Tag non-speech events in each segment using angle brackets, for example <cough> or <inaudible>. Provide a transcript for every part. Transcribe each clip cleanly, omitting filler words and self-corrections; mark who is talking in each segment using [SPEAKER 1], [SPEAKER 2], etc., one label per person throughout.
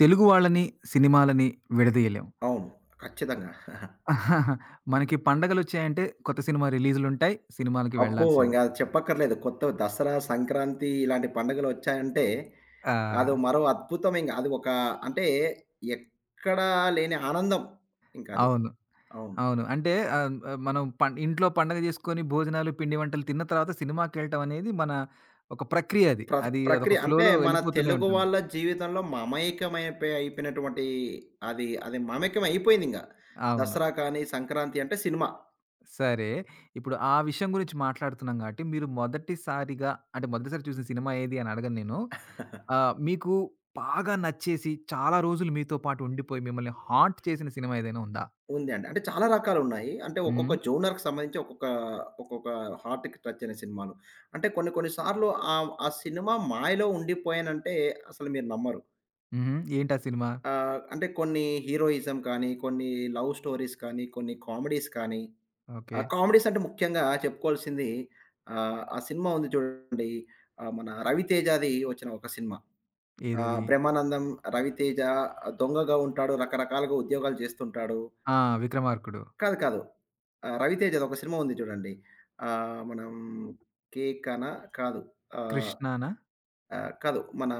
[SPEAKER 1] తెలుగు వాళ్ళని, సినిమాలని విడదీయలేం.
[SPEAKER 2] అవును. ఖచ్చితంగా. <laughs>
[SPEAKER 1] <laughs> మనకి పండగలొచ్చాయంటే కొత్త సినిమా రిలీజులుంటాయి. సినిమాలకి
[SPEAKER 2] అబ్బో!
[SPEAKER 1] వెళ్ళాల్సిందే.
[SPEAKER 2] ఇంగ చెప్పక్కర్లేదు. కొత్త దసరా, సంక్రాంతి ఇలాంటి పండుగలొచ్చాయంటే
[SPEAKER 1] ఆ!
[SPEAKER 2] అదో మరో అద్భుతం ఇంగ. అది ఒక అంటే ఎక్కడా లేని ఆనందం ఇంకది.
[SPEAKER 1] అవును.
[SPEAKER 2] అవును.
[SPEAKER 1] అవును. అంటే ఆహ్, ఆహ్, మనం ఇంట్లో పండగ జేసుకొని భోజనాలు, పిండి వంటలు తిన్న తర్వాత సినిమాకెళ్ళటం అనేది మన ఒక ప్రక్రియ అది.
[SPEAKER 2] ప్ర
[SPEAKER 1] అదొక
[SPEAKER 2] ప్రక్రియ అంటే
[SPEAKER 1] ఫ్లోలో
[SPEAKER 2] మన
[SPEAKER 1] వెళ్ళిపోతూనే
[SPEAKER 2] తెలుగు
[SPEAKER 1] ఉంటుంది.
[SPEAKER 2] వాళ్ళ జీవితంలో మమైకమైపోయి అయిపోయినటువంటి అది అది మమైకం అయిపోయిందింగ.
[SPEAKER 1] అవును.
[SPEAKER 2] దసరా కానీ, సంక్రాంతి అంటే సినిమా.
[SPEAKER 1] సరే. ఇప్పుడు ఆ విషయం గురించి మాట్లాడుతున్నాం గాబట్టి, మీరు మొదటిసారిగా అంటే మొదటిసారి చూసిన సినిమా ఏది అని అడగను నేను. ఆ! మీకు బాగా నచ్చేసి, చాలా రోజులు మీతో పాటు ఉండిపోయి, మిమ్మల్ని హాంట్ చేసిన సినిమా ఏదైనా ఉందా?
[SPEAKER 2] ఉంది అండి. అంటే చాలా రకాలున్నాయి. అంటే ఒక్కొక్క
[SPEAKER 1] హ్మ్.
[SPEAKER 2] జోనర్‌కి సంబంధించి ఒక్కొక్క, ఒక్కొక్క హార్ట్‌కి టచ్ అయిన సినిమాలు. అంటే కొన్ని కొన్ని సార్లు ఆ సినిమా మాయలో ఉండిపోయానంటే అసలు మీరు నమ్మరు.
[SPEAKER 1] హుహు. ఏంటా సినిమా?
[SPEAKER 2] అంటే కొన్ని హీరోయిజం కానీ, కొన్ని లవ్ స్టోరీస్ కానీ, కొన్ని కామెడీస్ కానీ,
[SPEAKER 1] ఓకే.
[SPEAKER 2] ఆ కామెడీస్ అంటే ముఖ్యంగా చెప్పుకోవాల్సింది ఆ సినిమా ఉంది చూడండి. మన 'రవితేజ'ది వచ్చిన ఒక సినిమా.
[SPEAKER 1] ఏదది?
[SPEAKER 2] బ్రహ్మానందం, రవితేజ దొంగగా ఉంటాడు. రకరకాలుగా ఉద్యోగాలు చేస్తుంటాడు.
[SPEAKER 1] ఆ! 'విక్రమార్కుడు.'
[SPEAKER 2] కాదు. కాదు. 'రవితేజ'ది ఒక సినిమా ఉంది చూడండి. మనం 'కేకనా' కాదు. ఆహ్,
[SPEAKER 1] 'కృష్ణనా?'
[SPEAKER 2] ఆహ్, కాదు. మన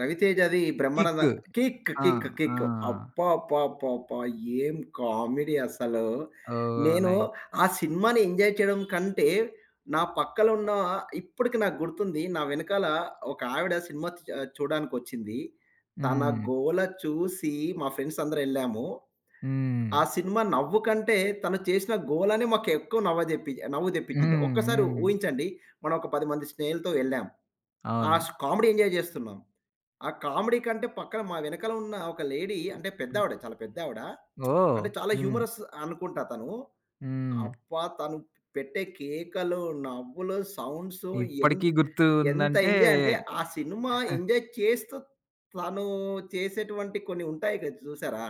[SPEAKER 2] 'రవితేజ'ది 'బ్రహ్మానంద'
[SPEAKER 1] 'కిక్.'
[SPEAKER 2] 'కిక్
[SPEAKER 1] ఆ!
[SPEAKER 2] కిక్
[SPEAKER 1] ఆ!
[SPEAKER 2] కిక్' అబ్బబ్బబ్బబ్బా! ఏం కామెడీ అసలు.
[SPEAKER 1] ఓహ్!
[SPEAKER 2] నేను
[SPEAKER 1] నైస్.
[SPEAKER 2] ఆ సినిమాని ఎంజాయ్ చేయడం కంటే, నా పక్కల ఉన్న ఇప్పటికి నాకు గుర్తుంది. నా వెనకాల ఒక ఆవిడ సినిమా చూడడానికొచ్చింది. తన
[SPEAKER 1] హ్మ్.
[SPEAKER 2] గోల చూసి మా ఫ్రెండ్స్ అందరెళ్ళాము.
[SPEAKER 1] హ్మ్.
[SPEAKER 2] ఆ సినిమా నవ్వు కంటే తను చేసిన గోలనే మాకెక్కువ నవ్వు తెప్పించింది.
[SPEAKER 1] హ్మ్.
[SPEAKER 2] ఒక్కసారి
[SPEAKER 1] హ్మ్.
[SPEAKER 2] ఊహించండి. మనం ఒక 10 మంది స్నేహితులతో వెళ్ళాం. ఆ
[SPEAKER 1] అవును.
[SPEAKER 2] స్ కామెడీ ఎంజాయ్ జేస్తున్నాం. ఆ కామెడీ కంటే పక్కన మా వెనకాల ఉన్న ఒక లేడీ అంటే
[SPEAKER 1] హ్మ్.
[SPEAKER 2] పెద్దావిడ, చాలా పెద్దావిడ.
[SPEAKER 1] ఓహ్!
[SPEAKER 2] అంటే చాలా
[SPEAKER 1] హ్మ్.
[SPEAKER 2] హ్యూమరస్ అనుకుంటా తను.
[SPEAKER 1] హ్మ్.
[SPEAKER 2] అబ్బా! తను పెట్టే కేకలు, నవ్వులు, సౌండ్సు ఎన్
[SPEAKER 1] ఇప్పటికి గుర్తు
[SPEAKER 2] ఎంత
[SPEAKER 1] ఉందంటే
[SPEAKER 2] ఎంజాయ్ అంటే ఆ సినిమా
[SPEAKER 1] <laughs>
[SPEAKER 2] ఎంజాయ్ చేస్తూ తను చేసేటువంటి కొన్ని ఉంటాయి కదా చూసారా?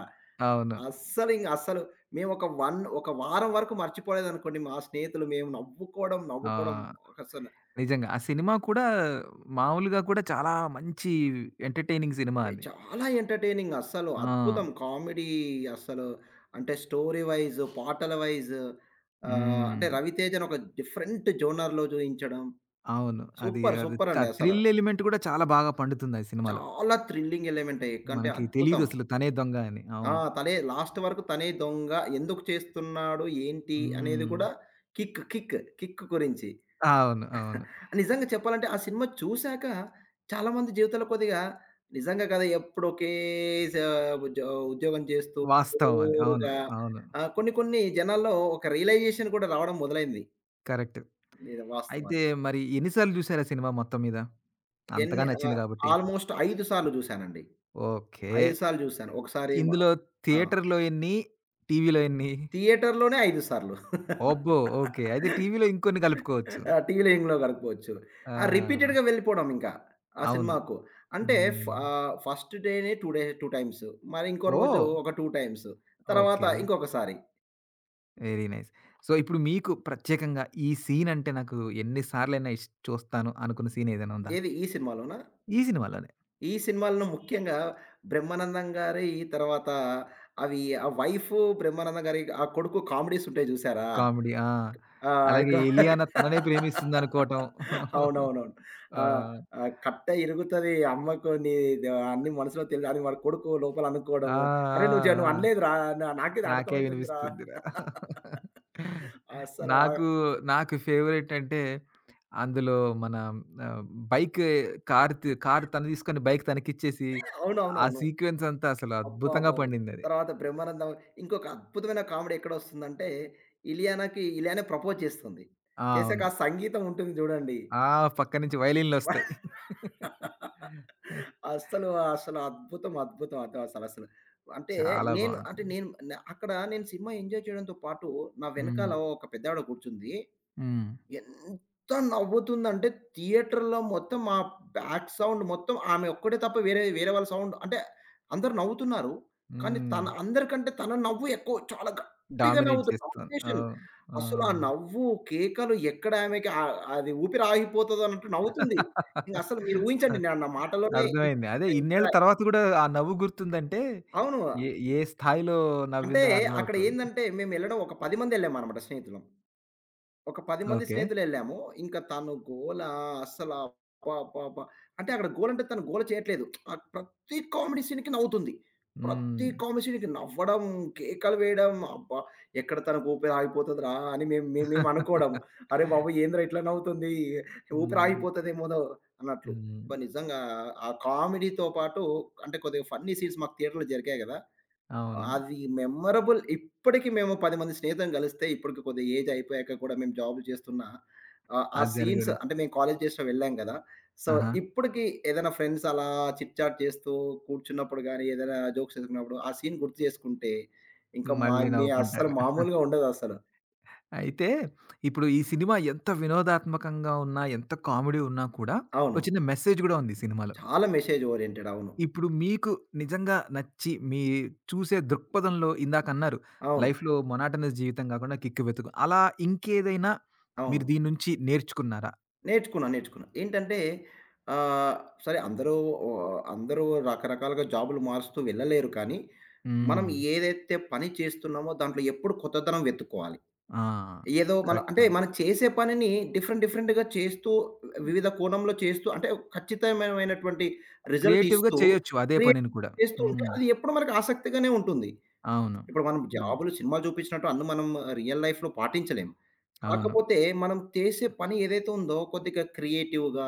[SPEAKER 1] అవును.
[SPEAKER 2] అస్సలు మేమొక 1 ఒక వారం వరకు మర్చిపోలేదనుకోండి మా స్నేహితులు మేము నవ్వుకోవడం,
[SPEAKER 1] ఆ!
[SPEAKER 2] నవ్వుకోవడం ఒక అసలు
[SPEAKER 1] నిజంగా. ఆ సినిమా కూడా మామూలుగా కూడా చాలా మంచి ఎంటర్‌టైనింగ్ సినిమా అది.
[SPEAKER 2] చాలా ఎంటర్‌టైనింగ్ అస్సలు
[SPEAKER 1] ఆ!
[SPEAKER 2] అద్భుతం. కామెడీ అస్సలు అంటే స్టోరీ వైస్, పాటల వైస్
[SPEAKER 1] హ్మ్.
[SPEAKER 2] అంటే 'రవితేజ'ని ఒక డిఫరెంట్ జోనర్‌లో చూయించడం
[SPEAKER 1] అవును. అది
[SPEAKER 2] సూపర్,
[SPEAKER 1] అది
[SPEAKER 2] సూపర్
[SPEAKER 1] త
[SPEAKER 2] అండి అసల.
[SPEAKER 1] థ్రిల్ ఎలిమెంట్ కూడా చాలా బాగా పండుతుంది ఆ సినిమాలో.
[SPEAKER 2] చాలా థ్రిల్లింగ్ ఎలిమెంటే ఎకంటే
[SPEAKER 1] మనకి
[SPEAKER 2] అద్భుతం.
[SPEAKER 1] తెలీదసలు తనే దొంగ అని.
[SPEAKER 2] ఆ!
[SPEAKER 1] అవును.
[SPEAKER 2] తనే లాస్ట్ వరకు తనే దొంగ, ఎందుకు చేస్తున్నాడు, ఏంటి అనేది
[SPEAKER 1] హ్మ్.
[SPEAKER 2] కూడా కిక్, కిక్, కిక్ గురించి.
[SPEAKER 1] అవును. అవును.
[SPEAKER 2] నిజంగా చెప్పాలంటే ఆ సినిమా చూసాక చాలామంది జీవితాల్లో కొద్దిగా నిజంగా కదా ఎప్పుడు ఒకే స ఉద్యో ఉద్యోగం చేస్తూ
[SPEAKER 1] వాస్తవం అది. అవును.
[SPEAKER 2] బోరుగా
[SPEAKER 1] అవును.
[SPEAKER 2] కొన్ని కొన్ని జనాల్లో ఒక రియలైజేషన్ కూడా రావడం మొదలైంది.
[SPEAKER 1] కరెక్ట్.
[SPEAKER 2] ఇది వాస్తవం.
[SPEAKER 1] అయితే మరి ఎన్ని సార్లు చూసారా సినిమా మొత్తం మీద? అంతగా
[SPEAKER 2] ఎన్ని
[SPEAKER 1] నచ్చింది
[SPEAKER 2] ఆహ్,
[SPEAKER 1] కాబట్టి.
[SPEAKER 2] ఆల్‌మోస్ట్ 5 సార్లు చూసానండి.
[SPEAKER 1] ఓకే.
[SPEAKER 2] 5 సార్లు చూసాను. ఒకసారి మ
[SPEAKER 1] ఇందులో
[SPEAKER 2] ఆ!
[SPEAKER 1] థియేటర్‌లో ఎన్ని? టీవీలో ఎన్ని?
[SPEAKER 2] థియేటర్‌లోనే 5 సార్లు.
[SPEAKER 1] అబ్బో! ఓకే. అయితే
[SPEAKER 2] <laughs>
[SPEAKER 1] టీవీలో ఇంకొన్ని కలుపుకోవచ్చు.
[SPEAKER 2] ఆ! టీవీలో ఏంగ్లో గడపవచ్చు. ఆ!
[SPEAKER 1] ఆ!
[SPEAKER 2] రిపీటెడ్‌గా వెళ్ళిపోవడం ఇంకా ఆ
[SPEAKER 1] అవును.
[SPEAKER 2] సినిమాకు.
[SPEAKER 1] హ్మ్.
[SPEAKER 2] ఫస్ట్ డేనే 2 టైమ్స్. మరి ఇంకో రోజు
[SPEAKER 1] ఓహ్!
[SPEAKER 2] ఒక 2 టైమ్స్. తర్వాత
[SPEAKER 1] ఓకే.
[SPEAKER 2] ఇంకొకసారి.
[SPEAKER 1] Very nice. సో, ఇప్పుడు మీకు ప్రత్యేకంగా ఈ సీన్ అంటే నాకు ఎన్ని సార్లైనా ఇష్ చూస్తాను అనుకున్న సీన్ ఏదైనా ఉందా?
[SPEAKER 2] ఏది ఈ సినిమాలోనా?
[SPEAKER 1] ఈ సినిమాలోనే.
[SPEAKER 2] ఈ సినిమాలను ముఖ్యంగా బ్రహ్మానందం గారి తర్వాత అవి ఆ వైఫ్ బ్రహ్మానందం గారి ఆ కొడుకు కామెడీస్ ఉంటాయి చూసారా?
[SPEAKER 1] కామెడీ. ఆ!
[SPEAKER 2] ఆ! అది
[SPEAKER 1] అలాగే
[SPEAKER 2] కాక
[SPEAKER 1] 'ఎలియానా' తననే ప్రేమిస్తుందనుకోవటం.
[SPEAKER 2] అవునవునవును. ఆ!
[SPEAKER 1] ఆ!
[SPEAKER 2] కట్ట ఇరుగుతది అమ్మకు నీ ద అన్ని మనసులో తెలి అని వాడి కొడుకు లోపల
[SPEAKER 1] ఆ!
[SPEAKER 2] అనుకోవడము. అరే!
[SPEAKER 1] ఆ!
[SPEAKER 2] నువ్వు
[SPEAKER 1] ఆ!
[SPEAKER 2] అనలేదురా! నాకిది
[SPEAKER 1] నాకే
[SPEAKER 2] అర్థమైతుందిరా!
[SPEAKER 1] వినిపిస్తుందిరా.
[SPEAKER 2] అస్సలు ఆ
[SPEAKER 1] నాకు, నాకు ఫేవరెట్ అంటే అందులో మన ఆహ్, బైక్ కార్ తను తీసుకొని బైక్ తనకిచ్చేసి, ఆ
[SPEAKER 2] అవునవునవును.
[SPEAKER 1] సీక్వెన్స్ అంతా అసలు అద్భుతంగా
[SPEAKER 2] అబ్బబాబో!
[SPEAKER 1] పండిందది.
[SPEAKER 2] తర్వాత బ్రహ్మానందం ఇంకొక అద్భుతమైన కామెడీ ఎక్కడొస్తుందంటే, ఇలియానాకి ఇలియానే ప్రపోజ్ చేస్తుంది.
[SPEAKER 1] ఆ!
[SPEAKER 2] చేసాక
[SPEAKER 1] అవును.
[SPEAKER 2] ఆ సంగీతం ఉంటుంది చూడండి.
[SPEAKER 1] ఆ! పక్క నుంచి వయలిన్‌లొస్తాయి.
[SPEAKER 2] అస్సలు, అసలు అద్భుతం, అద్భుతం అసలసలు. అంటే
[SPEAKER 1] చాలా బావుంటుంది.
[SPEAKER 2] నేను న అక్కడ నేను సినిమా ఎంజాయ్ చేయడంతో పాటు, నా
[SPEAKER 1] హ్మ్.
[SPEAKER 2] వెనకాల ఒక పెద్దావిడ కూర్చుంది.
[SPEAKER 1] హ్మ్.
[SPEAKER 2] ఎంత నవ్వుతుందంటే థియేటర్‌లో మొత్తం మా బ్యాక్ సౌండ్ మొత్తం ఆమె ఒక్కటే తప్ప వేరే వేరే వాళ్ళ సౌండ్ అంటే అందరూ నవ్వుతున్నారు. కానీ
[SPEAKER 1] హ్మ్.
[SPEAKER 2] తన అందరికంటే తన నవ్వు ఎక్కువ చాలా గట్టిగా
[SPEAKER 1] డామినేట్
[SPEAKER 2] నవ్వుతుంది.
[SPEAKER 1] చేస్తాను.
[SPEAKER 2] కాంబినేషన్
[SPEAKER 1] అవును. ఆ!
[SPEAKER 2] అసలు ఆ నవ్వు, కేకలు ఎక్కడ ఆమెకి అది ఊపిరి ఆగిపోతది అన్నట్టు నవ్వుతుంది. ఇంక అసలు మీరు ఊహించండి నా నా మాటలోనే ఇంత
[SPEAKER 1] అర్థమైంది. అదే
[SPEAKER 2] ఇంత
[SPEAKER 1] ఇన్నేళ్ల తర్వాత గూడా ఆ నవ్వు గుర్తుందంటే
[SPEAKER 2] అవును.
[SPEAKER 1] ఏ ఏ స్థాయిలో
[SPEAKER 2] అంటే
[SPEAKER 1] నవ్విందో
[SPEAKER 2] అక్కడ
[SPEAKER 1] అర్థమవుతుంది.
[SPEAKER 2] ఏందంటే మేమెళ్ళడం ఒక 10 మందెళ్ళామనమాట స్నేహితులం. ఒక 10 మంది
[SPEAKER 1] ఓకే.
[SPEAKER 2] స్నేహితులెళ్ళాము. ఇంకా తను గోల అస్సల అబ్బబ్బబ్బా! అంటే అక్కడ గోల అంటే తను గోల చేయట్లేదు. ప్రతి కామెడీ సీన్‌కి నవ్వుతుంది.
[SPEAKER 1] హ్మ్.
[SPEAKER 2] ప్రతి కామెడీ సీన్‌కి నవ్వడం, కేకలు వేయడం అబ్బా! ఎక్కడ తనకు ఊపిరి ఆగిపోతదిరా అని మేము మేము మేము అనుకోవడం. అరే బాబోయ్! ఏందిరా ఇట్లా నవ్వుతుంది? ఊపిరి
[SPEAKER 1] హ్మ్.
[SPEAKER 2] ఆగిపోతదేమోనో అన్నట్లు.
[SPEAKER 1] హ్మ్.
[SPEAKER 2] నిజంగా ఆ కామెడీతో పాటు అంటే కొద్దిగా ఫన్నీ సీన్స్ మాకు థియేటర్‌లో జరిగాయి గదా!
[SPEAKER 1] అవును.
[SPEAKER 2] అది మెమరబుల్ ఇప్పటికి మేము 10 మంది స్నేహితులం కలిస్తే ఇప్పటికి కొద్దిగా ఏజ్ అయిపోయాక కూడా మేము జాబ్‌లు చేస్తున్నా ఆ
[SPEAKER 1] అది దాని
[SPEAKER 2] సీన్స్
[SPEAKER 1] గురించి.
[SPEAKER 2] అంటే మేము కాలేజ్ డేస్‌లో వెళ్ళాం గదా! సో,
[SPEAKER 1] ఆహా!
[SPEAKER 2] ఇప్పటికి ఏదైనా ఫ్రెండ్స్ అలా చిట్ చాట్ చేస్తూ కూర్చున్నప్పుడు గానీ, ఏదైనా జోక్స్ చేసుకున్నప్పుడు ఆ సీన్ గుర్తు చేసుకుంటే ఇంకా మా
[SPEAKER 1] మళ్ళీ
[SPEAKER 2] మీ అస్సలు
[SPEAKER 1] నవ్వుకుంటారు.
[SPEAKER 2] మామూలుగా ఉండదసలు.
[SPEAKER 1] అయితే, ఇప్పుడు ఈ సినిమా ఎంత వినోదాత్మకంగా ఉన్నా, ఎంత కామెడీ ఉన్నా కూడా, ఒక
[SPEAKER 2] అవును.
[SPEAKER 1] చిన్న మెసేజ్ గూడా ఉంది ఈ సినిమాలో.
[SPEAKER 2] చాలా మెసేజ్ ఓరియెంటెడ్. అవును.
[SPEAKER 1] ఇప్పుడు మీకు నిజంగా నచ్చి, మీ చూసే దృక్పథంలో ఇందాకన్నారు,
[SPEAKER 2] అవును.
[SPEAKER 1] లైఫ్‌లో మొనాటనస్ జీవితం గాకుండా కిక్ వెతుకు. అలా ఇంకేదైనా
[SPEAKER 2] అవును.
[SPEAKER 1] మీరు దీని నుంచి నేర్చుకున్నారా?
[SPEAKER 2] నేర్చుకున్నా. నేర్చుకున్నా. ఏంటంటే ఆహ్, సరే అందరూ అందరూ రకరకాలుగా జాబులు మారుస్తూ వెళ్ళలేరు కానీ, మనం
[SPEAKER 1] హ్మ్.
[SPEAKER 2] ఏదైతే పని చేస్తున్నామో దాంట్లో ఎప్పుడు కొత్తదనం వెతుక్కోవాలి.
[SPEAKER 1] ఆ!
[SPEAKER 2] ఏదో మనం
[SPEAKER 1] కరెక్ట్
[SPEAKER 2] అంటే
[SPEAKER 1] పాయింట్.
[SPEAKER 2] మనం చేసే పనిని డిఫరెంట్ డిఫరెంట్‌గా చేస్తూ వివిధ కోణంలో చేస్తూ అంటే ఖచ్చితమైనమైనటువంటి రిజల్ట్
[SPEAKER 1] క్రియేటివ్‌గా
[SPEAKER 2] ఇస్తూ
[SPEAKER 1] చేయొచ్చు అదే
[SPEAKER 2] క్రియేట్
[SPEAKER 1] పనిని కూడా.
[SPEAKER 2] చేస్తూ ఉంటే
[SPEAKER 1] హ్మ్.
[SPEAKER 2] అది ఎప్పుడు మనకు ఆసక్తిగానే ఉంటుంది.
[SPEAKER 1] అవును.
[SPEAKER 2] ఇప్పుడు మనం
[SPEAKER 1] హ్మ్.
[SPEAKER 2] జాబులు సినిమాలు చూపించినట్టు అన్ని మనం రియల్ లైఫ్‌లో పాటించలేం.
[SPEAKER 1] అవును.
[SPEAKER 2] కాకపోతే మనం చేసే పని ఏదైతే ఉందో కొద్దిగా క్రియేటివ్‌గా,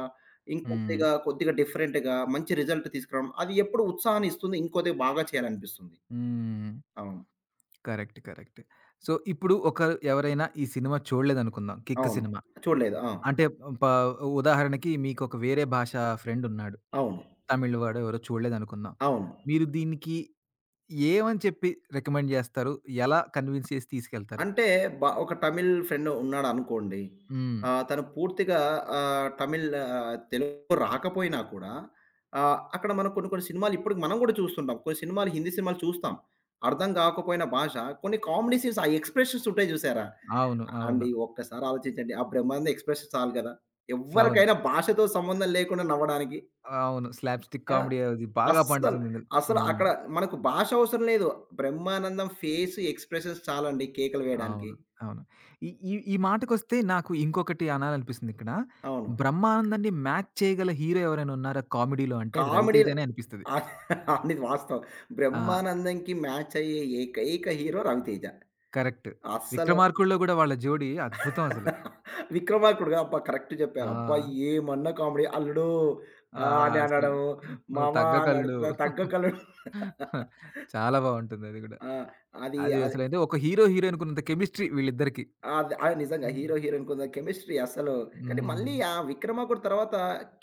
[SPEAKER 1] హ్మ్.
[SPEAKER 2] ఇంకొద్దిగా కొద్దిగా డిఫరెంట్‌గా మంచి రిజల్ట్ తీసుకురావడం అది ఎప్పుడు ఉత్సాహాన్ని ఇస్తుంది. ఇంకొద్దిగా బాగా చేయాలనిపిస్తుంది.
[SPEAKER 1] హ్మ్.
[SPEAKER 2] అవును.
[SPEAKER 1] కరెక్ట్. కరెక్ట్. సో, ఇప్పుడు ఒకరు ఎవరైనా ఈ సినిమా చూడలేదనుకుందాం 'కిక్'
[SPEAKER 2] అవును.
[SPEAKER 1] సినిమా.
[SPEAKER 2] చూడలేదు. ఆ!
[SPEAKER 1] అంటే ప ఉదాహరణకి మీకొక వేరే భాష ఫ్రెండున్నాడు.
[SPEAKER 2] అవును.
[SPEAKER 1] తమిళ్ వాడో ఎవరో చూడలేదనుకుందాం.
[SPEAKER 2] అవును.
[SPEAKER 1] మీరు దీనికి ఏమని చెప్పి రికమెండ్ చేస్తారు? ఎలా కన్విన్స్ చేసి తీసుకెళ్తారు?
[SPEAKER 2] అంటే ఒక తమిళ్ ఫ్రెండ్ ఉన్నాడనుకోండి.
[SPEAKER 1] హ్మ్.
[SPEAKER 2] తను పూర్తిగా తెలుగు రాకపోయినా కూడా అక్కడ మనం కొన్ని కొన్ని సినిమాలు ఇప్పటికి మనం గూడా చూస్తుంటాం. కొన్ని సినిమాలు హిందీ సినిమాలు చూస్తాం. అర్థం కాకపోయిన భాష కొన్ని కామెడీ సీన్స్ ఆ ఎక్స్‌ప్రెషన్స్ ఉంటాయి చూసారా?
[SPEAKER 1] అవును. అవును.
[SPEAKER 2] అండి ఒక్కసారి ఆలోచించండి. ఆ బ్రహ్మానంద ఎక్స్‌ప్రెషన్ చాలు గదా!
[SPEAKER 1] స్లవును.
[SPEAKER 2] ఎవ్వరికైనా భాషతో సంబంధం లేకుండా నవ్వడానికి.
[SPEAKER 1] అవును. స్లాప్ స్టిక్
[SPEAKER 2] ఆ!
[SPEAKER 1] కామెడీ అది బాగా
[SPEAKER 2] అస్సలు,
[SPEAKER 1] పండుతుంది ఇందులో.
[SPEAKER 2] అసలు
[SPEAKER 1] హ్మ్.
[SPEAKER 2] అక్కడ మనకు భాష అవసరం లేదు. బ్రహ్మానందం ఫేస్ ఎక్స్‌ప్రెషన్స్ చాలండి కేకలు వేయడానికి.
[SPEAKER 1] అవును. అవును. ఈ ఈ ఈ మాటకొస్తే నాకు ఇంకొకటి అనాలనిపిస్తుందిక్కడ.
[SPEAKER 2] అవును.
[SPEAKER 1] 'బ్రహ్మానందాన్ని' మ్యాచ్ చేయగల హీరో ఎవరైనా ఉన్నారా కామెడీలో అంటే అది
[SPEAKER 2] కామెడీ‌ల
[SPEAKER 1] 'రవితేజనే' అనిపిస్తది.
[SPEAKER 2] ఆహ్, అనేది వాస్తవం.
[SPEAKER 1] ఆ!
[SPEAKER 2] బ్రహ్మానందంకి మ్యాచ్ అయ్యే ఏకైక హీరో 'రవితేజ'.
[SPEAKER 1] కరెక్ట్.
[SPEAKER 2] అస్సలు
[SPEAKER 1] 'విక్రమార్కుడులో' గూడా వాళ్ళ జోడీ అద్భుతం అసలు.
[SPEAKER 2] 'విక్రమార్కుడుగా' అబ్బా! కరెక్ట్
[SPEAKER 1] ఆ!
[SPEAKER 2] చెప్పారు. అబ్బా! ఏమన్నా కామెడీ. అల్లుడు
[SPEAKER 1] ఆ!
[SPEAKER 2] అని
[SPEAKER 1] అసలు.
[SPEAKER 2] అనడం,
[SPEAKER 1] 'నువ్వు
[SPEAKER 2] మామ అని
[SPEAKER 1] తగ్గకల్లుడు'
[SPEAKER 2] అడుగుతున్నా తగ్గకల్లుడు.
[SPEAKER 1] చాలా బావుంటుందది గూడా.
[SPEAKER 2] ఆ! అది
[SPEAKER 1] అది
[SPEAKER 2] అది
[SPEAKER 1] అసలైతే ఒక హీరో హీరోయిన్‌కున్నంత కెమిస్ట్రీ వీళ్ళిద్దరికి.
[SPEAKER 2] అది అది నిజంగా
[SPEAKER 1] హ్మ్.
[SPEAKER 2] హీరో, హీరోయిన్ కొంత కెమిస్ట్రీ అసలు. కానీ
[SPEAKER 1] హ్మ్.
[SPEAKER 2] మళ్ళీ ఆ 'విక్రమార్కుడు' తర్వాత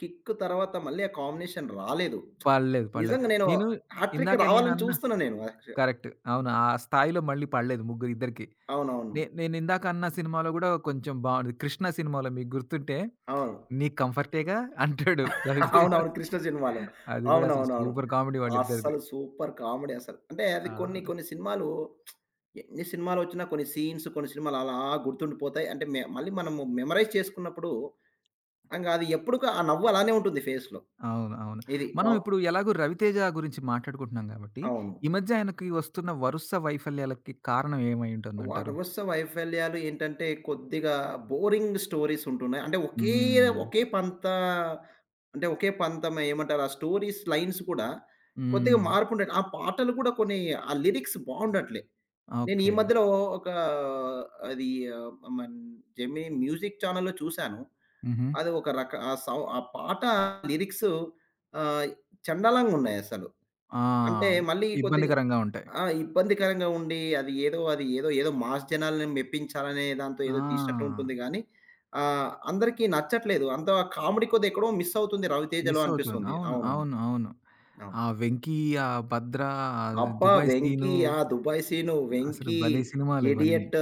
[SPEAKER 2] 'కిక్' తర్వాత మళ్ళీ ఆ కాంబినేషన్ రాలేదు.
[SPEAKER 1] పడలేదు. పడలేదు.
[SPEAKER 2] నిజంగా నేను
[SPEAKER 1] నేను
[SPEAKER 2] హార్ట్ ట్రిక్
[SPEAKER 1] ఇందాక
[SPEAKER 2] రావాలని
[SPEAKER 1] నేనన్నా
[SPEAKER 2] చూస్తున్నా నేను యాక్చు
[SPEAKER 1] కరెక్ట్. అవును. ఆ స్థాయిలో మళ్ళీ పడలేదు ముగ్గురు ఇద్దరికి.
[SPEAKER 2] అవునవును. అవును.
[SPEAKER 1] నేనిందాక అన్న సినిమాలో గూడా కొంచెం బావుంటది. 'కృష్ణ' సినిమాలో మీకు గుర్తుంటే,
[SPEAKER 2] అవును. అవును.
[SPEAKER 1] "నీకు కంఫర్టేగా" అంటాడు రవితేజ.
[SPEAKER 2] అవునవును. 'కృష్ణ' సినిమాలో.
[SPEAKER 1] అది గూడా అసలు
[SPEAKER 2] అవునవునవును.
[SPEAKER 1] సూపర్ కామెడీ వాళ్ళిద్దరిది.
[SPEAKER 2] అస్సలు సూపర్ కామెడీ అసలు. అంటే అది
[SPEAKER 1] ఆ!
[SPEAKER 2] కొన్ని కొన్ని సినిమాలు ఎన్ని సినిమాలొచ్చినా కొన్ని సీన్స్, కొన్ని సినిమాలు అలా గుర్తుండిపోతాయి. అంటే మె మళ్ళీ మనము మెమరైజ్ చేసుకున్నప్పుడు ఇంగ అది ఎప్పుడు‌క ఆ నవ్వు అలానే ఉంటుంది ఫేస్‌లో.
[SPEAKER 1] అవును. అవును.
[SPEAKER 2] ఇది కా
[SPEAKER 1] మనం ఇప్పుడు ఎలాగో రవితేజ గురించి మాట్లాడుకుంటున్నాం గాబట్టి,
[SPEAKER 2] అవును.
[SPEAKER 1] ఈ మధ్య ఆయనకి వస్తున్న వరుస వైఫల్యాలకి కారణం ఏమై ఉంటుందంటారు?
[SPEAKER 2] వాటొవస్స వైఫల్యాలు ఏంటంటే, కొద్దిగా బోరింగ్ స్టోరీస్ ఉంటున్నాయి.
[SPEAKER 1] హ్మ్.
[SPEAKER 2] ఒకే పంత అంటే ఒకే పంతం ఏమంటారు? ఆ స్టోరీస్ లైన్స్ కూడా కొద్దిగా
[SPEAKER 1] హ్మ్.
[SPEAKER 2] మార్పుండట్లే. ఆ పాటలు కూడా కొన్ని ఆ లిరిక్స్ బావుండట్లే. నేను ఈ
[SPEAKER 1] ఓకే.
[SPEAKER 2] మధ్యలో ఒక అది ఆహ్, మన్ జెమినీ మ్యూజిక్ ఛానెల్‌లో చూసాను.
[SPEAKER 1] హుహు.
[SPEAKER 2] అది ఒక రక ఆ సౌ ఆ పాట లిరిక్స్ ఆహ్, చండాలంగున్నాయసలు.
[SPEAKER 1] ఆ!
[SPEAKER 2] అంటే మళ్ళీ కొద్దిగా
[SPEAKER 1] ఇబ్బందికరంగా ఉంటాయి.
[SPEAKER 2] ఆ! ఇబ్బందికరంగా ఉండి, అది ఏదో అది ఏదో ఏదో మాస్ జనాల్ని మెప్పించాలనే దాంతో ఏదో తీసినట్టు
[SPEAKER 1] ఆ!
[SPEAKER 2] ఉంటుంది గానీ, అందరికీ నచ్చట్లేదు. అంత కామెడీ కొద్ది ఎక్కడో మిస్ అవుతుంది 'రవితేజ'లో
[SPEAKER 1] మిస్ అవుతుంది.
[SPEAKER 2] అనిపిస్తుంది.
[SPEAKER 1] అవును.
[SPEAKER 2] అవునవును.
[SPEAKER 1] అవును. అవును.
[SPEAKER 2] అవును.
[SPEAKER 1] ఆ 'వెంకీ', ఆ 'భద్ర', ఆ
[SPEAKER 2] అబ్బా!
[SPEAKER 1] 'దుబాయ్
[SPEAKER 2] 'వెంకీ'
[SPEAKER 1] సీను'
[SPEAKER 2] ఆ 'దుబాయ్ సీను',
[SPEAKER 1] అసలు
[SPEAKER 2] 'వెంకీ',
[SPEAKER 1] భలే సినిమాలు ఇవన్నీ.
[SPEAKER 2] 'ఇడియట్'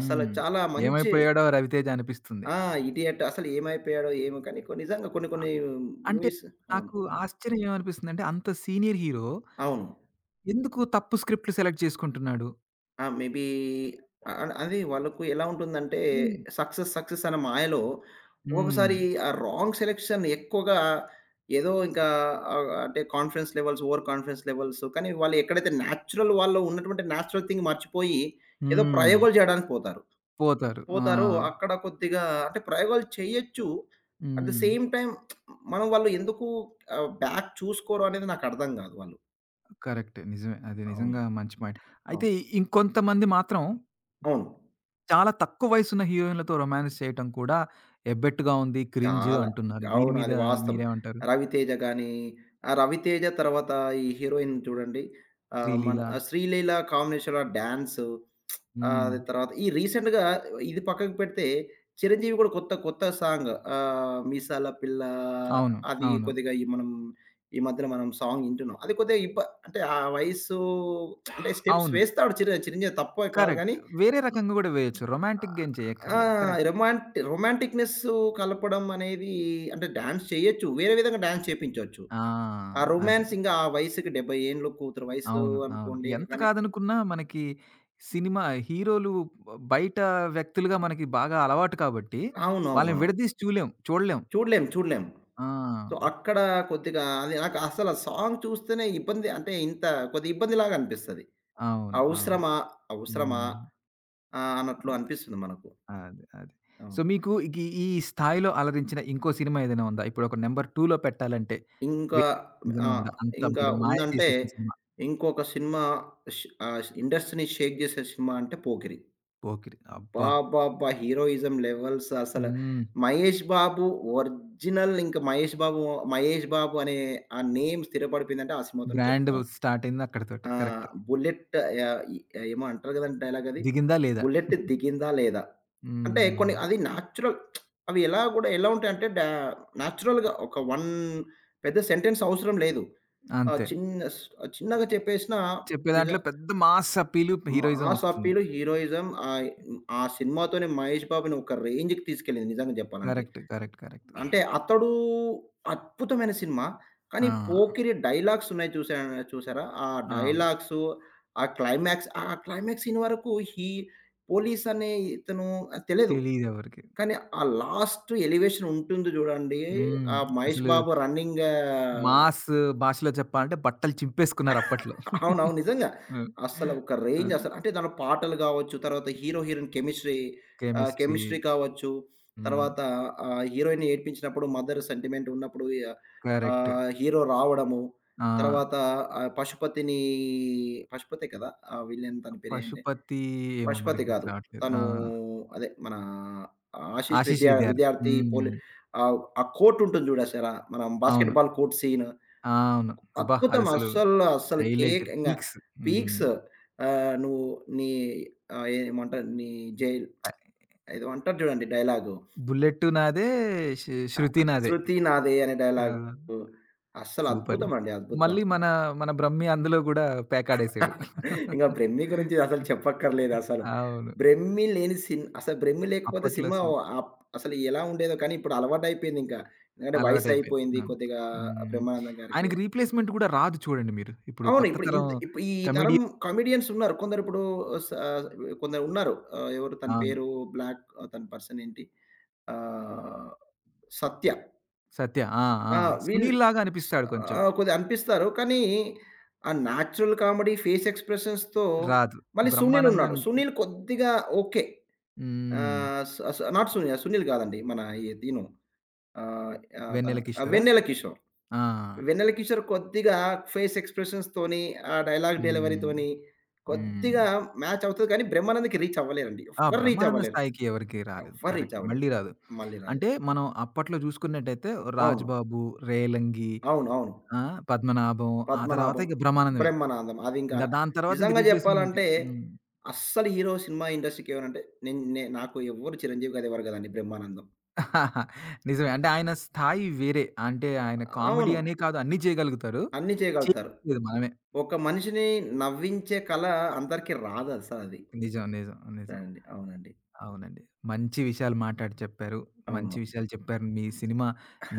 [SPEAKER 2] అసలు చాలా మంచి
[SPEAKER 1] ఏమైపోయాడో రవితేజ అనిపిస్తుంది.
[SPEAKER 2] ఆ! 'ఇడియట్' అసలు ఏమైపోయాడో ఏమో కానీ, కొన్ని నిజంగా కొన్ని
[SPEAKER 1] అ
[SPEAKER 2] కొన్ని
[SPEAKER 1] అంటే
[SPEAKER 2] మూవీస్ అవును.
[SPEAKER 1] నాకు ఆశ్చర్యం ఏమనిపిస్తుందంటే అంత సీనియర్ హీరో
[SPEAKER 2] అవును.
[SPEAKER 1] ఎందుకు తప్పు స్క్రిప్ట్‌లు సెలెక్ట్ చేసుకుంటున్నాడు?
[SPEAKER 2] ఆ! మేబీ అ అ అది వాళ్ళకు ఎలా ఉంటుందంటే
[SPEAKER 1] ఇన్
[SPEAKER 2] సక్సెస్, సక్సెస్ అనే మాయలో
[SPEAKER 1] హ్మ్.
[SPEAKER 2] ఒక్కొక్కసారి ఆ రాంగ్ సెలెక్షన్ ఎక్కువగా ఏదో ఇంకా అంటే confidence levels, over confidence levels కానీ వాళ్ళు ఉన్నటువంటి నేచురల్ థింగ్ మర్చిపోయి ఏదో
[SPEAKER 1] హ్మ్.
[SPEAKER 2] ప్రయోగాలు చేయడానికి పోతారు.
[SPEAKER 1] పోతారు. ఆ!
[SPEAKER 2] పోతారు అక్కడ కొద్దిగా అంటే ప్రయోగాలు చేయొచ్చు. At the
[SPEAKER 1] hmm.
[SPEAKER 2] Same time వాళ్ళు ఎందుకు బ్యాక్ చూసుకోరు అనేది నాకు అర్థం కాదు వాళ్ళు.
[SPEAKER 1] కరెక్టే. నిజమే. అది
[SPEAKER 2] అవును.
[SPEAKER 1] నిజంగా మంచి పాయింట్.
[SPEAKER 2] అవును.
[SPEAKER 1] అయితే ఇంకొంతమంది మాత్రం
[SPEAKER 2] అవును.
[SPEAKER 1] చాలా తక్కువ వయసున్న హీరోయిన్‌లతో రొమాన్స్ చేయటం కూడా ఎబ్బెట్టుగా ఉంది, క్రింజ్
[SPEAKER 2] చాలా.
[SPEAKER 1] అంటున్నారు. దీని
[SPEAKER 2] అవును.
[SPEAKER 1] మీద
[SPEAKER 2] అది వాస్తవం.
[SPEAKER 1] మీరేమంటారు?
[SPEAKER 2] 'రవితేజ' గాని, ఆ 'రవితేజ' తర్వాత ఈ హీరోయిన్ చూడండి. మన
[SPEAKER 1] శ్రీలీల.
[SPEAKER 2] ఆ 'శ్రీలీల' కాంబినేషన్‌లో డాన్సు
[SPEAKER 1] హ్మ్.
[SPEAKER 2] అది తర్వాత ఈ రీసెంట్‌గా ఇది పక్కకు పెడితే 'చిరంజీవి' కూడా కొత్త కొత్త సాంగ్ 'మీసాల పిల్ల'
[SPEAKER 1] అవును.
[SPEAKER 2] అది
[SPEAKER 1] అవును.
[SPEAKER 2] కొద్దిగా ఈ మనం ఈ మధ్యన మనం సాంగ్ వింటున్నాం. అది కొద్దిగా ఇబ్బ అంటే ఆ వయస్సు అంటే స్టెప్స్
[SPEAKER 1] అవును.
[SPEAKER 2] వేస్తాడు చిరంజీవి తప్పే కాదు గానీ
[SPEAKER 1] కరెక్ట్. వేరే రకంగా గూడా వేయొచ్చు. రొమాంటిక్‌గా ఏం
[SPEAKER 2] ఆ!
[SPEAKER 1] చేయక్కర్లేదు. కరెక్ట్.
[SPEAKER 2] రొమాంటిక్‌నెస్సు కలపడం అనేది అంటే డాన్స్ చేయొచ్చు. వేరే విధంగా డాన్స్ చేపించొచ్చు.
[SPEAKER 1] ఆ!
[SPEAKER 2] ఆ
[SPEAKER 1] అదే.
[SPEAKER 2] రొమాన్స్ ఇంగా ఆ వయసుకి 70 ఏండ్లు కూతురు వయసు
[SPEAKER 1] అవును. అవును.
[SPEAKER 2] అనుకోండి.
[SPEAKER 1] ఎంత
[SPEAKER 2] కానీ
[SPEAKER 1] కాదనుకున్నా మనకి సినిమా హీరోలు బయట వ్యక్తులుగా మనకి బాగా అలవాటు కాబట్టి, వాళ్ళని
[SPEAKER 2] అవునవునవును.
[SPEAKER 1] విడదీసి చూడలేం.
[SPEAKER 2] చూడలేం. చూడలేం.
[SPEAKER 1] ఆ!
[SPEAKER 2] సో, అక్కడ కొద్దిగా అది నాకు అసలు ఆ సాంగ్ చూస్తేనే ఇబ్బంది అంటే ఇంత కొద్దిగా ఇబ్బందిలాగా అనిపిస్తది.
[SPEAKER 1] అవును. అవును.
[SPEAKER 2] అవసరమా? అవసరమా?
[SPEAKER 1] హ్మ్.
[SPEAKER 2] అన్నట్లు అనిపిస్తుంది మనకు.
[SPEAKER 1] అది. అది. సో,
[SPEAKER 2] అవును.
[SPEAKER 1] మీకు ఇగీ ఈ ఈ స్థాయిలో అలరించిన ఇంకో సినిమా ఏదైనా ఉందా? ఇప్పుడొక నంబర్ 2లో పెట్టాలంటే
[SPEAKER 2] ఇంకా
[SPEAKER 1] వేరే
[SPEAKER 2] ఆ!
[SPEAKER 1] ఏదైనా ఉందా? అంతా
[SPEAKER 2] ఇంకా
[SPEAKER 1] మీరు మాయ
[SPEAKER 2] ఉందంటే,
[SPEAKER 1] చేసేసిన సినిమా.
[SPEAKER 2] ఇంకొక సినిమా ష్ ఇండస్ట్రీని షేక్ చేసే సినిమా అంటే 'పోకిరి.'
[SPEAKER 1] 'పోకిరి' అబ్బా!
[SPEAKER 2] అబ్బబ్బబ్బా! హీరోయిజం లెవెల్స్ అసల
[SPEAKER 1] హ్మ్.
[SPEAKER 2] 'మహేష్ బాబు' ఒరిజినల్ ఇంక 'మహేష్ బాబు' 'మహేష్ బాబు' అనే ఆ నేమ్ స్థిరపడిపోయిందంటే ఆ సినిమాతోనే
[SPEAKER 1] బ్రాండ్
[SPEAKER 2] చెప్పుకోవాలి.
[SPEAKER 1] స్టార్ట్ అయింది అక్కడితోటే.
[SPEAKER 2] ఆ!
[SPEAKER 1] కరెక్ట్.
[SPEAKER 2] బుల్లెట్ ఆహ్, ఎ ఏమో అంటారు కదండీ డైలాగ్ అది.
[SPEAKER 1] దిగిందా? లేదా?
[SPEAKER 2] బుల్లెట్ దిగిందా లేదా? అంటే
[SPEAKER 1] హ్మ్.
[SPEAKER 2] కొన్ని అది నేచురల్ అవి ఎలా కూడా ఎలా ఉంటాయంటే డా నేచురల్‌గా ఒక 1 పెద్ద సెంటెన్స్ అవసరం లేదు. ఆ!
[SPEAKER 1] అంతే. ఓ-
[SPEAKER 2] చిన్నగా చెప్పేసినా
[SPEAKER 1] చెప్పే
[SPEAKER 2] నిజ
[SPEAKER 1] దాంట్లో పెద్ద మాస్ అప్పీలు, హీరోయిజం
[SPEAKER 2] మాస్
[SPEAKER 1] వస్తుంది.
[SPEAKER 2] అప్పీలు, హీరోయిజం ఆ సినిమాతోనే 'మహేష్ బాబు'ని ఒక రేంజ్‌కి తీసుకెళ్ళింది నిజంగా జెప్పాలంటే.
[SPEAKER 1] కరెక్ట్. కరెక్ట్. కరెక్ట్.
[SPEAKER 2] అంటే అతడు అద్భుతమైన సినిమా. కానీ
[SPEAKER 1] ఆ!
[SPEAKER 2] పోకిరి డైలాగ్స్ ఉన్నాయి చూసారా? ఆ
[SPEAKER 1] అవును.
[SPEAKER 2] డైలాగ్స్, ఆ క్లైమాక్స్ సీన్ వరకు పోలీస్ అనే ఇతను తెలీదు.
[SPEAKER 1] తెలీదెవరికీ.
[SPEAKER 2] కానీ ఆ లాస్ట్ ఎలివేషన్ ఉంటుంది జూడండి.
[SPEAKER 1] హ్మ్.
[SPEAKER 2] ఆ 'మహేష్
[SPEAKER 1] అసలు
[SPEAKER 2] బాబు' రన్నింగ్
[SPEAKER 1] మాస్ భాషలో చెప్పాలంటే బట్టలు చింపేసుకున్నారు అప్పట్లో.
[SPEAKER 2] అవునవును. నిజంగా.
[SPEAKER 1] హ్మ్.
[SPEAKER 2] అస్సలు ఒక
[SPEAKER 1] ఆ!
[SPEAKER 2] రేంజ్ అసలు అంటే దాంట్లో పాటలు గావచ్చు, తర్వాత hero, heroine chemistry
[SPEAKER 1] chemistry.
[SPEAKER 2] Chemistry కావచ్చు.
[SPEAKER 1] హ్మ్.
[SPEAKER 2] తర్వాత హీరోయిన్‌ని ఏడ్పించినప్పుడు మదర్ సెంటిమెంట్ ఉన్నప్పుడు య
[SPEAKER 1] కరెక్ట్.
[SPEAKER 2] హీరో రావడము.
[SPEAKER 1] ఆ!
[SPEAKER 2] తర్వాత పశుపతిని పశుపతే కదా! ఆ విలన్ తన పేరేంటి?
[SPEAKER 1] పశుపతి ఏమో మరి
[SPEAKER 2] పశుపతి
[SPEAKER 1] గుర్తు
[SPEAKER 2] గాదు.
[SPEAKER 1] రావట్లేదు. ఆ!
[SPEAKER 2] తను అదే మన ఆశీష్
[SPEAKER 1] ఆశీష్ విద్యార్థి.
[SPEAKER 2] విద్యార్థి పోలి
[SPEAKER 1] హ్మ్.
[SPEAKER 2] ఆ కోర్ట్ ఉంటుంది జూడేశారా? మనం బాస్కెట్
[SPEAKER 1] అవును.
[SPEAKER 2] Ball court scene.
[SPEAKER 1] ఆ! అవును. అబ్బా!
[SPEAKER 2] అద్భుతం.
[SPEAKER 1] అదసలు
[SPEAKER 2] అస్సలు
[SPEAKER 1] హైలైట్
[SPEAKER 2] కేక్ ఇంగ
[SPEAKER 1] పీక్స్. హ్మ్.
[SPEAKER 2] పీక్స్ ఆహ్, నువ్వు నీ ఆహ్, ఏమంటారు నీ జైల్
[SPEAKER 1] అ
[SPEAKER 2] ఏదో అంటారు చూడండి డైలాగు.
[SPEAKER 1] 'బుల్లెట్' నాదే, శ్ 'శృతి' నాదే.
[SPEAKER 2] 'శృతి నాదే' అనే డైలాగు
[SPEAKER 1] ఆ!
[SPEAKER 2] అస్సలు
[SPEAKER 1] సూపర్ ఉంటాయి.
[SPEAKER 2] అద్భుతమండి. అద్భుతం
[SPEAKER 1] మళ్ళీ
[SPEAKER 2] అసల.
[SPEAKER 1] మన, మన 'బ్రహ్మి' అందులో గూడా పేకాడేసాడు.
[SPEAKER 2] ఇంక 'బ్రహ్మి' <laughs> గురించి అసలు చెప్పక్కర్లేదు అసలు.
[SPEAKER 1] అవును.
[SPEAKER 2] 'బ్రహ్మి' లేని సిన్ అసలు 'బ్రహ్మి' లేకపోతే
[SPEAKER 1] అప్పట్లో
[SPEAKER 2] సినిమా
[SPEAKER 1] అసలు
[SPEAKER 2] ఆప్ అసలు ఎలా ఉండేదో కానీ ఇప్పుడు అలవాటయిపోయిందింకా. ఎందుకంటే
[SPEAKER 1] అలవాటైపోయింది.
[SPEAKER 2] వయసయిపోయింది
[SPEAKER 1] అవును.
[SPEAKER 2] కొద్దిగా
[SPEAKER 1] హ్మ్.
[SPEAKER 2] బ్రహ్మానందం గారికి.
[SPEAKER 1] ఆయనకి రీప్లేస్‌మెంట్ గూడా రాదు చూడండి మీరు. ఇప్పుడు
[SPEAKER 2] అవును.
[SPEAKER 1] కొత్త తరం
[SPEAKER 2] ఇప్పుడు ఈ తరం
[SPEAKER 1] కమెడీ
[SPEAKER 2] కామెడియన్స్ ఉన్నారు. కొందరిప్పుడు స కొందరు ఉన్నారు. ఎవరు తన
[SPEAKER 1] అవును.
[SPEAKER 2] పేరు బ్లాక్ ఆ, తన పర్సన్ ఏంటి? ఆహ్, సత్య.
[SPEAKER 1] సత్య. ఆ! ఆ!
[SPEAKER 2] ఆ! వీళ్ళు
[SPEAKER 1] సునీల్‌లాగా
[SPEAKER 2] స్
[SPEAKER 1] అనిపిస్తాడు కొంచెం.
[SPEAKER 2] కొద్దిగా అనిపిస్తారు. కానీ ఆ నేచురల్ కామెడీ ఫేస్ ఎక్స్‌ప్రెషన్స్‌తో
[SPEAKER 1] రాజు.
[SPEAKER 2] మళ్ళీ సునీల్ ఉన్నాడు.
[SPEAKER 1] బ్రహ్మానందానికి
[SPEAKER 2] సునీల్ కొద్దిగా ఓకే.
[SPEAKER 1] హ్మ్.
[SPEAKER 2] ఆహ్, స స నాట్ సునీల్ సునీల్ కాదండి. మన ఈ తిను ఆహ్, ఆహ్, తన
[SPEAKER 1] 'వెన్నెల
[SPEAKER 2] ఆ,
[SPEAKER 1] కిషోరా'?
[SPEAKER 2] వెన్నెల కిషోర్.
[SPEAKER 1] ఆ!
[SPEAKER 2] 'వెన్నెల కిషోర్' కొద్దిగా ఫేస్ ఎక్స్‌ప్రెషన్స్‌తోని, ఆ డైలాగ్
[SPEAKER 1] హ్మ్.
[SPEAKER 2] డెలివరీతోని
[SPEAKER 1] హ్మ్.
[SPEAKER 2] కొద్దిగా మ్యాచ్ అవుతది కానీ, 'బ్రహ్మానంద్‌కి' రీచ్ అవ్వలేరండి.
[SPEAKER 1] ఆ!
[SPEAKER 2] ఎవ్వరు రీచ్
[SPEAKER 1] బ్రహ్మానందం
[SPEAKER 2] అవ్వలేరు.
[SPEAKER 1] స్థాయికి ఎవరికీ రాలేదు.
[SPEAKER 2] ఎవ్వరు రీచ్
[SPEAKER 1] కరెక్ట్.
[SPEAKER 2] అవ్వలేరు.
[SPEAKER 1] మళ్ళీ రాదు.
[SPEAKER 2] మళ్ళీ రాదు.
[SPEAKER 1] అంటే మనం అప్పట్లో చూసుకున్నట్టయితే
[SPEAKER 2] అవును.
[SPEAKER 1] 'రాజ్‌బాబు', 'రేలంగి'
[SPEAKER 2] అవును. అవును.
[SPEAKER 1] ఆ! 'పద్మనాభం' ఆ తర్వాత
[SPEAKER 2] 'పద్మనాభం',
[SPEAKER 1] ఇక బ్రహ్మానందమే.
[SPEAKER 2] 'బ్రహ్మనాథం' అది ఇంకా
[SPEAKER 1] ఇంక దాని తర్వాత ఇంక
[SPEAKER 2] నిజంగా
[SPEAKER 1] రీప్లేస్‌మెంట్
[SPEAKER 2] చెప్పాలంటే
[SPEAKER 1] హ్మ్.
[SPEAKER 2] అస్సలు హీరో సినిమా ఇండస్ట్రీకి ఏమనంటే నేను నే నాకు ఎవ్వరు 'చిరంజీవి' గారు ఎవరు కదండీ 'బ్రహ్మానందం'.
[SPEAKER 1] <laughs> నిజమే. అంటే ఆయన స్థాయి వేరే. అంటే ఆయన కామెడీ
[SPEAKER 2] అవును.
[SPEAKER 1] అనే కాదు అన్నీ చేయగలుగుతారు.
[SPEAKER 2] అన్నీ చేయగలుగుతారు.
[SPEAKER 1] చేయలేదు మనమే.
[SPEAKER 2] ఒక మనిషిని నవ్వించే కళ అందరికి రాదసలది.
[SPEAKER 1] నిజం. నిజం.
[SPEAKER 2] అంతే
[SPEAKER 1] నిజం.
[SPEAKER 2] అండి. అవునండి.
[SPEAKER 1] అవునండి. మంచి విషయాలు మాట్లాడి చెప్పారు. మంచి
[SPEAKER 2] అవును.
[SPEAKER 1] విషయాలు చెప్పారు. మీ సినిమా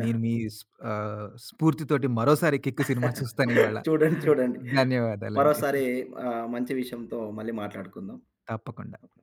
[SPEAKER 1] నేను మీ స్ఫూర్తితోటి మరోసారి 'కిక్' సినిమా చూస్తానివాళ.
[SPEAKER 2] చూడండి. చూడండి.
[SPEAKER 1] ధన్యవాదాలండి.
[SPEAKER 2] మరోసారి మంచి విషయంతో మళ్ళీ మాట్లాడుకుందాం.
[SPEAKER 1] తప్పకుండా.